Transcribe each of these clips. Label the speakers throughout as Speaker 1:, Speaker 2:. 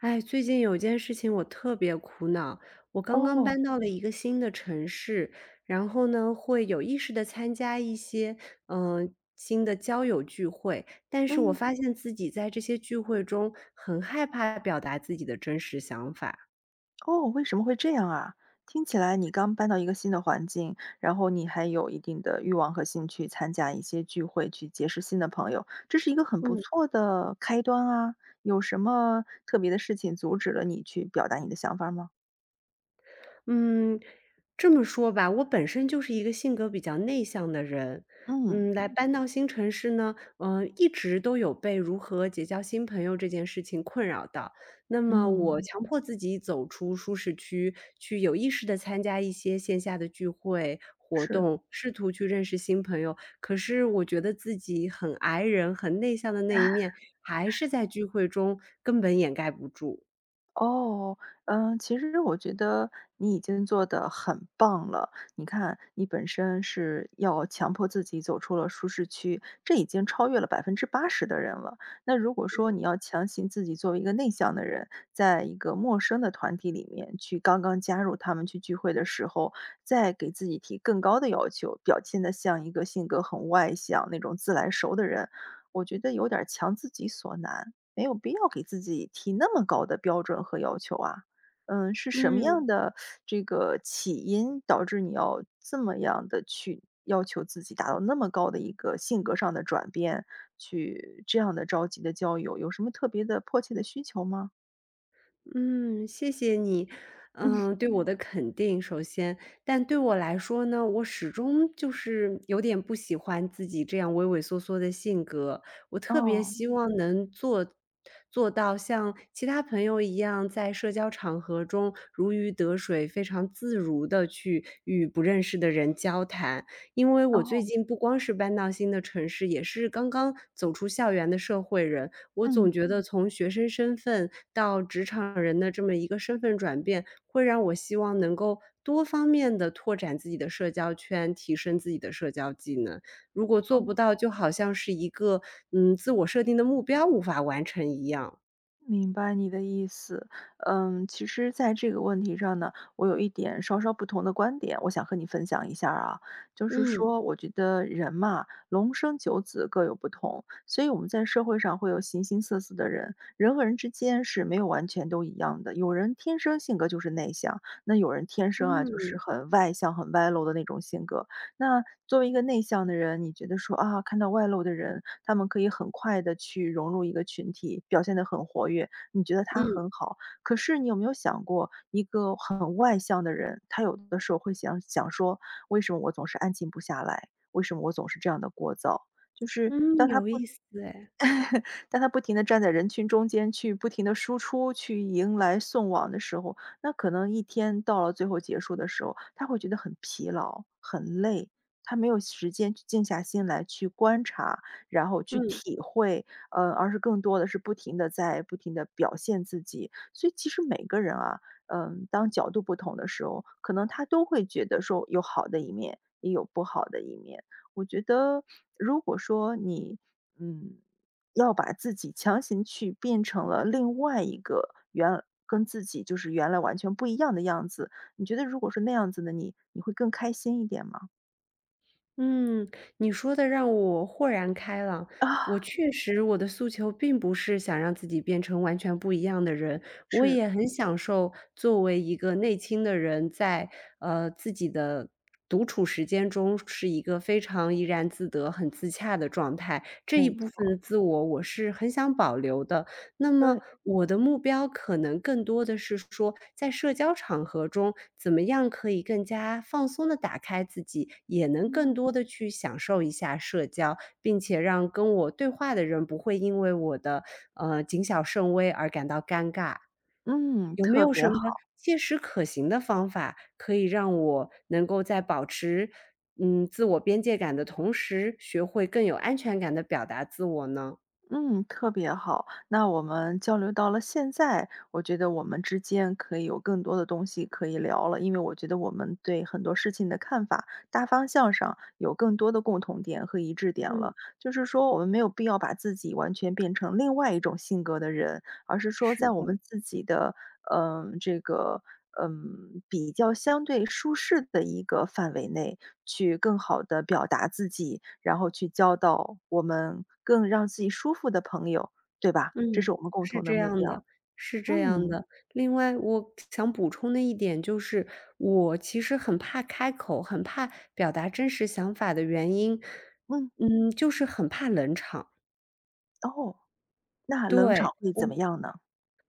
Speaker 1: 哎，最近有件事情我特别苦恼，我刚刚
Speaker 2: 哦，
Speaker 1: 搬到了一个新的城市，然后呢，会有意识的参加一些嗯、呃新的交友聚会，但是我
Speaker 2: 嗯，
Speaker 1: 发现自己在这些聚会中很害怕表达自己的真实想法。
Speaker 2: 哦，为什么会这样啊？听起来你刚搬到一个新的环境，然后你还有一定的欲望和兴趣参加一些聚会，去结识新的朋友，这是一个很不
Speaker 1: 嗯。
Speaker 2: 错的开端啊。有什么特别的事情阻止了你去表达你的想法吗？
Speaker 1: 嗯，这么说吧，我本身就是一个性格比较内向的人，
Speaker 2: 嗯，
Speaker 1: 搬到新城市呢，嗯，一直都有被如何结交新朋友这件事情困扰到。那么我
Speaker 2: 嗯。
Speaker 1: 强迫自己走出舒适区，去有意识地参加一些线下的聚会活
Speaker 2: 是。
Speaker 1: 动，试图去认识新朋友。可是我觉得自己很 i 人、很内向的那一面，还是在聚会中根本掩盖不住。
Speaker 2: 哦，嗯，其实我觉得你已经做得很棒了。你看，你本身是要强迫自己走出了舒适区，这已经超越了80%的人了。那如果说你要强行自己作为一个内向的人，在一个陌生的团体里面去刚刚加入他们去聚会的时候，再给自己提更高的要求，表现得像一个性格很外向、那种自来熟的人，我觉得有点儿强自己所难。没有必要给自己提那么高的标准和要求啊。嗯，是什么
Speaker 1: 嗯。
Speaker 2: 样的这个起因导致你要这么样的去要求自己达到那么高的一个性格上的转变，去这样的着急的交友，有什么特别的迫切的需求吗？
Speaker 1: 嗯，谢谢你，嗯，对我的肯定，首先。但对我来说呢，我始终就是有点不喜欢自己这样畏畏缩缩的性格，我特别
Speaker 2: 哦，
Speaker 1: 希嗯望能做到像其他朋友一样，在社交场合中如鱼得水，非常自如的去与不认识的人交谈。因为我最
Speaker 2: 哦，
Speaker 1: 近不光是搬到新的城市，也是刚刚走出校园的社会人，我总
Speaker 2: 嗯，
Speaker 1: 觉得从学生身份到职场人的这么一个身份转变，会让我希望能够多方面的拓展自己的社交圈，提升自己的社交技能。如果做不到，
Speaker 2: 哦。
Speaker 1: 就好像是一个，嗯，自我设定的目标无法完成一样。
Speaker 2: 明白你的意思，其实在这个问题上呢，我有一点稍稍不同的观点，我想和你分享一下儿啊。就是
Speaker 1: 嗯，
Speaker 2: 说，我觉得人嘛，龙生九子各有不同，所以我们在社会上会有形形色色的人，人和人之间是没有完全都一样的。有人天生性格就是内向，那有人天生啊就是
Speaker 1: 嗯，
Speaker 2: 很外向、很外露的那种性格，那作为一个内向的人，你觉得说啊，看到外露的人，他们可以很快的去融入一个群体，表现得很活跃，你觉得他
Speaker 1: 嗯，
Speaker 2: 很好。可是你有没有想过，一个很外向的人，他有的时候会想想说："为什么我总是安静不下来？为什么我总是这样的聒噪？"就是
Speaker 1: 嗯，
Speaker 2: 当他
Speaker 1: 有
Speaker 2: 不
Speaker 1: 意思哎，
Speaker 2: 当他不停地站在人群中间去不停地输出，去迎来送往的时候，那可能一天到了最后结束的时候，他会觉得很疲劳、很累，他没有时间去静下心来去观察，然后去
Speaker 1: 嗯。
Speaker 2: 体会，而是更多的是不停地表现自己。所以其实每个人啊，当角度不同的时候，可能他都会觉得说有好的一面，也有不好的一面。我觉得如果说你，嗯，要把自己强行去变成了另外一个跟自己原来完全不一样的样子。你觉得如果是那样子的你，你会更开心一点吗？
Speaker 1: 嗯，你说的让我豁然开朗。我
Speaker 2: 啊，
Speaker 1: 确实，我的诉求并不是想让自己变成完全不一样的人，我
Speaker 2: 是，
Speaker 1: 也很享受作为一个内倾的人在，自己的独处时间中是一个非常怡然自得、很自洽的状态。这一
Speaker 2: 没
Speaker 1: 部分的
Speaker 2: 错，
Speaker 1: 自我，我是很想保留的。那么
Speaker 2: 对，
Speaker 1: 我的目标可能更多的是说，在社交场合中，怎么样可以更加放松的打开自己，也能更
Speaker 2: 嗯，
Speaker 1: 多的去享受一下社交，并且让跟我对话的人不会因为我的，谨小慎微而感到尴尬。
Speaker 2: 嗯，
Speaker 1: 有没
Speaker 2: 特
Speaker 1: 有
Speaker 2: 别
Speaker 1: 什么
Speaker 2: 好。
Speaker 1: 切实可行的方法，可以让我能够在保持，嗯，自我边界感的同时，学会更有安全感的表达自我呢？
Speaker 2: 嗯，特别好。那我们交流到了现在，我觉得我们之间可以有更多的东西可以聊了，因为我觉得我们对很多事情的看法，大方向上有更多的共同点和一致点
Speaker 1: 嗯，
Speaker 2: 了。就是说，我们没有必要把自己完全变成另外一种性格的人，而是说，
Speaker 1: 是
Speaker 2: 在我
Speaker 1: 的。
Speaker 2: 们自己的，嗯、这个。嗯，比较相对舒适的一个范围内，去更好的表达自己，然后去交到我们更让自己舒服的朋友，对吧？这
Speaker 1: 嗯，
Speaker 2: 是我们共
Speaker 1: 是
Speaker 2: 同的
Speaker 1: 这
Speaker 2: 目
Speaker 1: 样
Speaker 2: 标。
Speaker 1: 的，是这样
Speaker 2: 嗯，
Speaker 1: 的。另外我想补充的一点就是，我其实很怕开口，很怕表达真实想法的原因，
Speaker 2: 嗯，
Speaker 1: 嗯，就是很怕冷场。
Speaker 2: 哦，那冷
Speaker 1: 对，
Speaker 2: 场会
Speaker 1: 我
Speaker 2: 怎么样呢？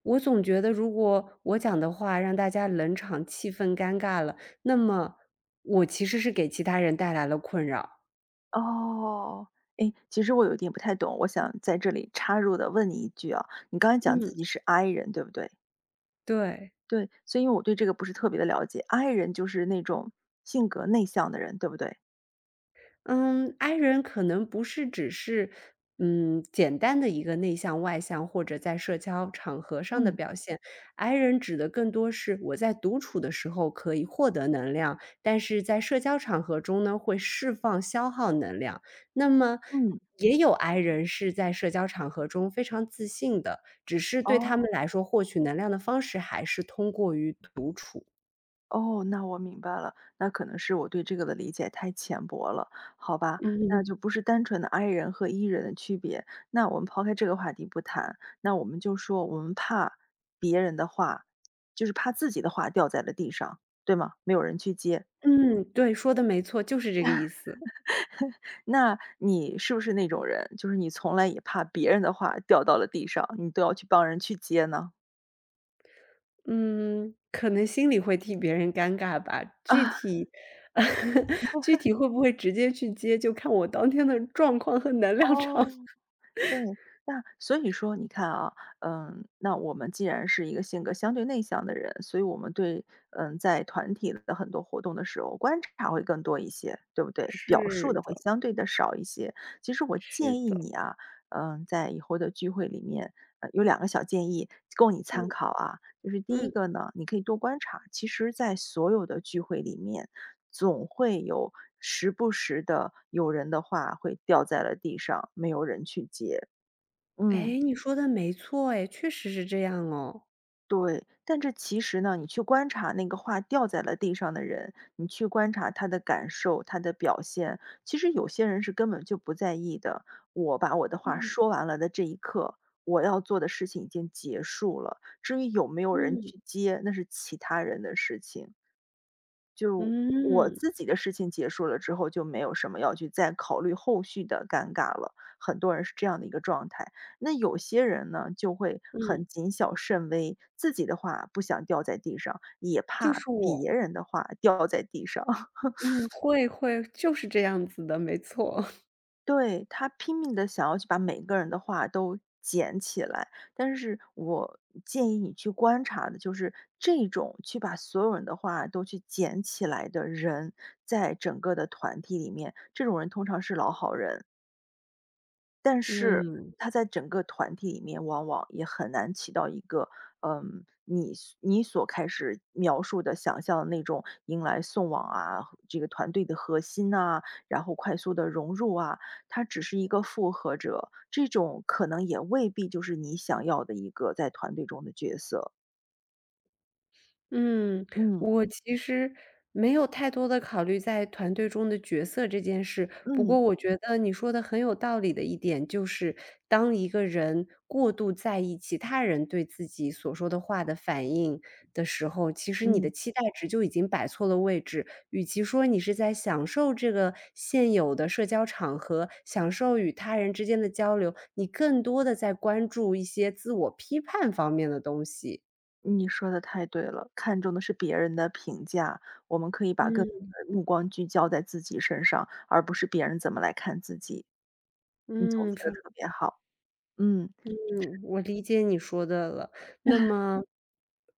Speaker 1: 我总觉得如果我讲的话让大家冷场，气氛尴尬了，那么我其实是给其他人带来了困扰。
Speaker 2: 哦，诶，其实我有一点不太懂，我想在这里插入的问你一句啊，你刚才讲
Speaker 1: 嗯，
Speaker 2: 自己是 I 人，对不对？
Speaker 1: 对。
Speaker 2: 对，所以因为我对这个不是特别的了解，I 人就是那种性格内向的人，对不对？
Speaker 1: 嗯，I 人可能不是只是，嗯，简单的一个内向外向，或者在社交场合上的
Speaker 2: 嗯，
Speaker 1: 表现。I 人指的更多是我在独处的时候可以获得能量，但是在社交场合中呢，会释放消耗能量。那么
Speaker 2: 嗯，
Speaker 1: 也有 I 人是在社交场合中非常自信的，只是对他们来
Speaker 2: 哦。
Speaker 1: 说，获取能量的方式还是通过于独处。
Speaker 2: 哦，那我明白了，那可能是我对这个的理解太浅薄了，好吧，那
Speaker 1: 嗯。
Speaker 2: 就不是单纯的 i 人和 e 人的区别。那我们抛开这个话题不谈，那我们就说我们怕别人的话，就是怕自己的话掉在了地上，对吗？没有人去接。
Speaker 1: 嗯，对，说的没错，就是这个意思。
Speaker 2: 那你是不是那种人，就是你从来也怕别人的话掉到了地上，你都要去帮人去接呢？
Speaker 1: 嗯，可能心里会替别人尴尬吧，具
Speaker 2: 啊，
Speaker 1: 体 具体会不会直接去接，就看我当天的状况和能量场。
Speaker 2: 哦。对，那所以说你看啊，嗯，那我们既然是一个性格相对内向的人，所以我们对，嗯，在团体的很多活动的时候，观察会更多一些，对不对？表述
Speaker 1: 是
Speaker 2: 的会
Speaker 1: 的，
Speaker 2: 相对的少一些。其实我
Speaker 1: 是
Speaker 2: 建议
Speaker 1: 的，
Speaker 2: 你啊，在以后的聚会里面，有两个小建议供你
Speaker 1: 嗯
Speaker 2: 参考啊。就是第一
Speaker 1: 嗯，
Speaker 2: 个呢，你可以多观察，其实，在所有的聚会里面，总会有时不时的有人的话会掉在了地上，没有人去接。嗯，
Speaker 1: 哎，你说的没错，哎，确实是这样哦。
Speaker 2: 对。但这其实呢，你去观察那个话掉在了地上的人，你去观察他的感受、他的表现，其实有些人是根本就不在意的。我把我的话
Speaker 1: 嗯
Speaker 2: 说完了的这一刻，我要做的事情已经结束了。至于有没有人
Speaker 1: 嗯
Speaker 2: 去接，那是其他人的事情。就我
Speaker 1: 嗯
Speaker 2: 自己的事情结束了之后，就没有什么要去再考虑后续的尴尬了。很多人是这样的一个状态，那有些人呢，就会
Speaker 1: 嗯，
Speaker 2: 很谨小慎微，自己的话不想掉在地上，也
Speaker 1: 就
Speaker 2: 怕
Speaker 1: 是我，
Speaker 2: 别人的话掉在地上。
Speaker 1: 嗯，会，就是这样子的，没错，
Speaker 2: 对，他拼命的想要去把每个人的话都捡起来，但是我建议你去观察的就是这种去把所有人的话都去捡起来的人，在整个的团体里面，这种人通常是老好人。但是
Speaker 1: 嗯。
Speaker 2: 他在整个团体里面往往也很难起到一个，你所开始描述的、想象的那种迎来送往啊，这个团队的核心呐，然后快速的融入啊，他只是一个附和者，这种可能也未必就是你想要的一个在团队中的角色。
Speaker 1: 嗯，
Speaker 2: 嗯，
Speaker 1: 我其实没有太多的考虑在团队中的角色这件事，不过
Speaker 2: 嗯，
Speaker 1: 我觉得你说的很有道理的一点就是，当一个人过度在意其他人对自己所说的话的反应的时候，其实你的
Speaker 2: 嗯。
Speaker 1: 期待值就已经摆错了位置。与其说你是在享受这个现有的社交场合，享受与他人之间的交流，你更多的在关注一些自我批判方面的东西。
Speaker 2: 你说的太对了，看重的是别人的评价，我们可以把
Speaker 1: 嗯。
Speaker 2: 目光聚焦在自己身上，而不是别人怎么来看自己。你总
Speaker 1: 嗯，
Speaker 2: 结的特别好，嗯，
Speaker 1: 嗯，我理解你说的了。那么，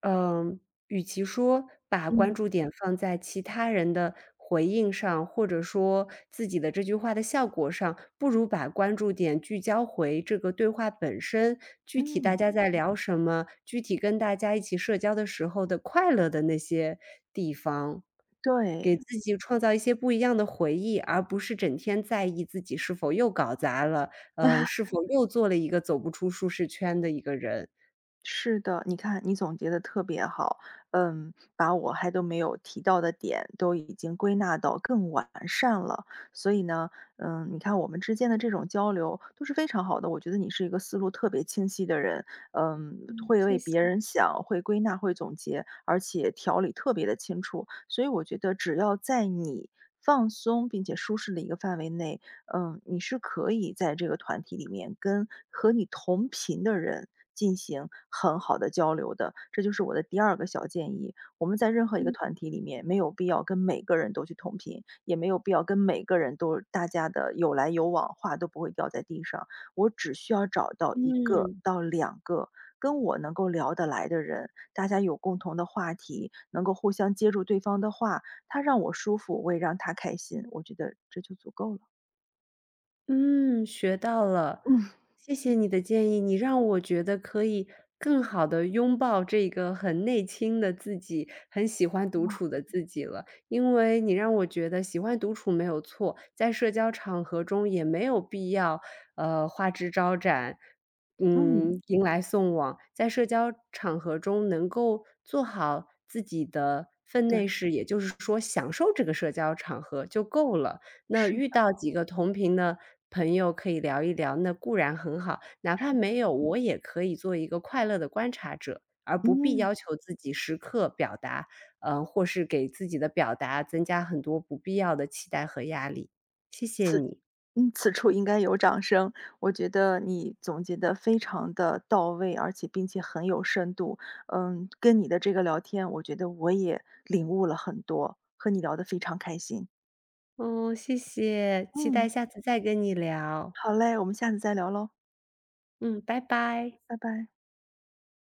Speaker 1: 嗯，与其说把关
Speaker 2: 嗯，
Speaker 1: 注点放在其他人的回应上，或者说自己的这句话的效果上，不如把关注点聚焦回这个对话本身，具体大
Speaker 2: 嗯，
Speaker 1: 家在聊什么，具体跟大家一起社交的时候的快乐的那些地方。给
Speaker 2: 对。
Speaker 1: 自己创造一些不一样的回忆，而不是整天在意自己是否又搞砸了，是否又做了一个走不出舒适圈的一个人。
Speaker 2: 是的，你看你总结的特别好，嗯，把我还都没有提到的点都已经归纳到更完善了。所以呢，你看我们之间的这种交流都是非常好的，我觉得你是一个思路特别清晰的人，嗯，会为别人想，会归纳，会总结，而且条理特别的清楚。所以我觉得只要在你放松并且舒适的一个范围内，你是可以在这个团体里面跟和你同频的人进行很好的交流的。这就是我的第二个小建议，我们在任何一个
Speaker 1: 嗯。
Speaker 2: 团体里面，没有必要跟每个人都去同频，也没有必要跟每个人都大家的有来有往，话都不会掉在地上。我只需要找到一个
Speaker 1: 嗯。
Speaker 2: 到两个。跟我能够聊得来的人，大家有共同的话题，能够互相接住对方的话，他让我舒服，我也让他开心，我觉得这就足够了。
Speaker 1: 嗯，学到了，谢谢你的建议，你让我觉得可以更好的拥抱这个很内倾的自己，很喜欢独
Speaker 2: 哇，
Speaker 1: 处的自己了。因为你让我觉得喜欢独处没有错，在社交场合中也没有必要，花枝招展，
Speaker 2: 嗯，
Speaker 1: 嗯，迎来送往。在社交场合中能够做好自己的分内
Speaker 2: 对，
Speaker 1: 事，也就是说享受这个社交场合就够了。那
Speaker 2: 是
Speaker 1: 遇
Speaker 2: 的，
Speaker 1: 到几个同频的朋友可以聊一聊，那固然很好，哪怕
Speaker 2: 是的，
Speaker 1: 没有，我也可以做一个快乐的观察者，而不必
Speaker 2: 嗯，
Speaker 1: 要求自己时刻表达，嗯，或是给自己的表达增加很多不必要的期待和压力。谢谢
Speaker 2: 此
Speaker 1: 你，
Speaker 2: 嗯,此处应该有掌声。我觉得你总结的非常的到位，而且并且很有深度。嗯，跟你的这个聊天，我觉得我也领悟了很多，和你聊得非常开心。
Speaker 1: 哦，谢谢，期待
Speaker 2: 嗯，
Speaker 1: 下次再跟你聊，
Speaker 2: 好嘞，我们下次再聊喽，
Speaker 1: 嗯，拜拜。
Speaker 2: 拜拜。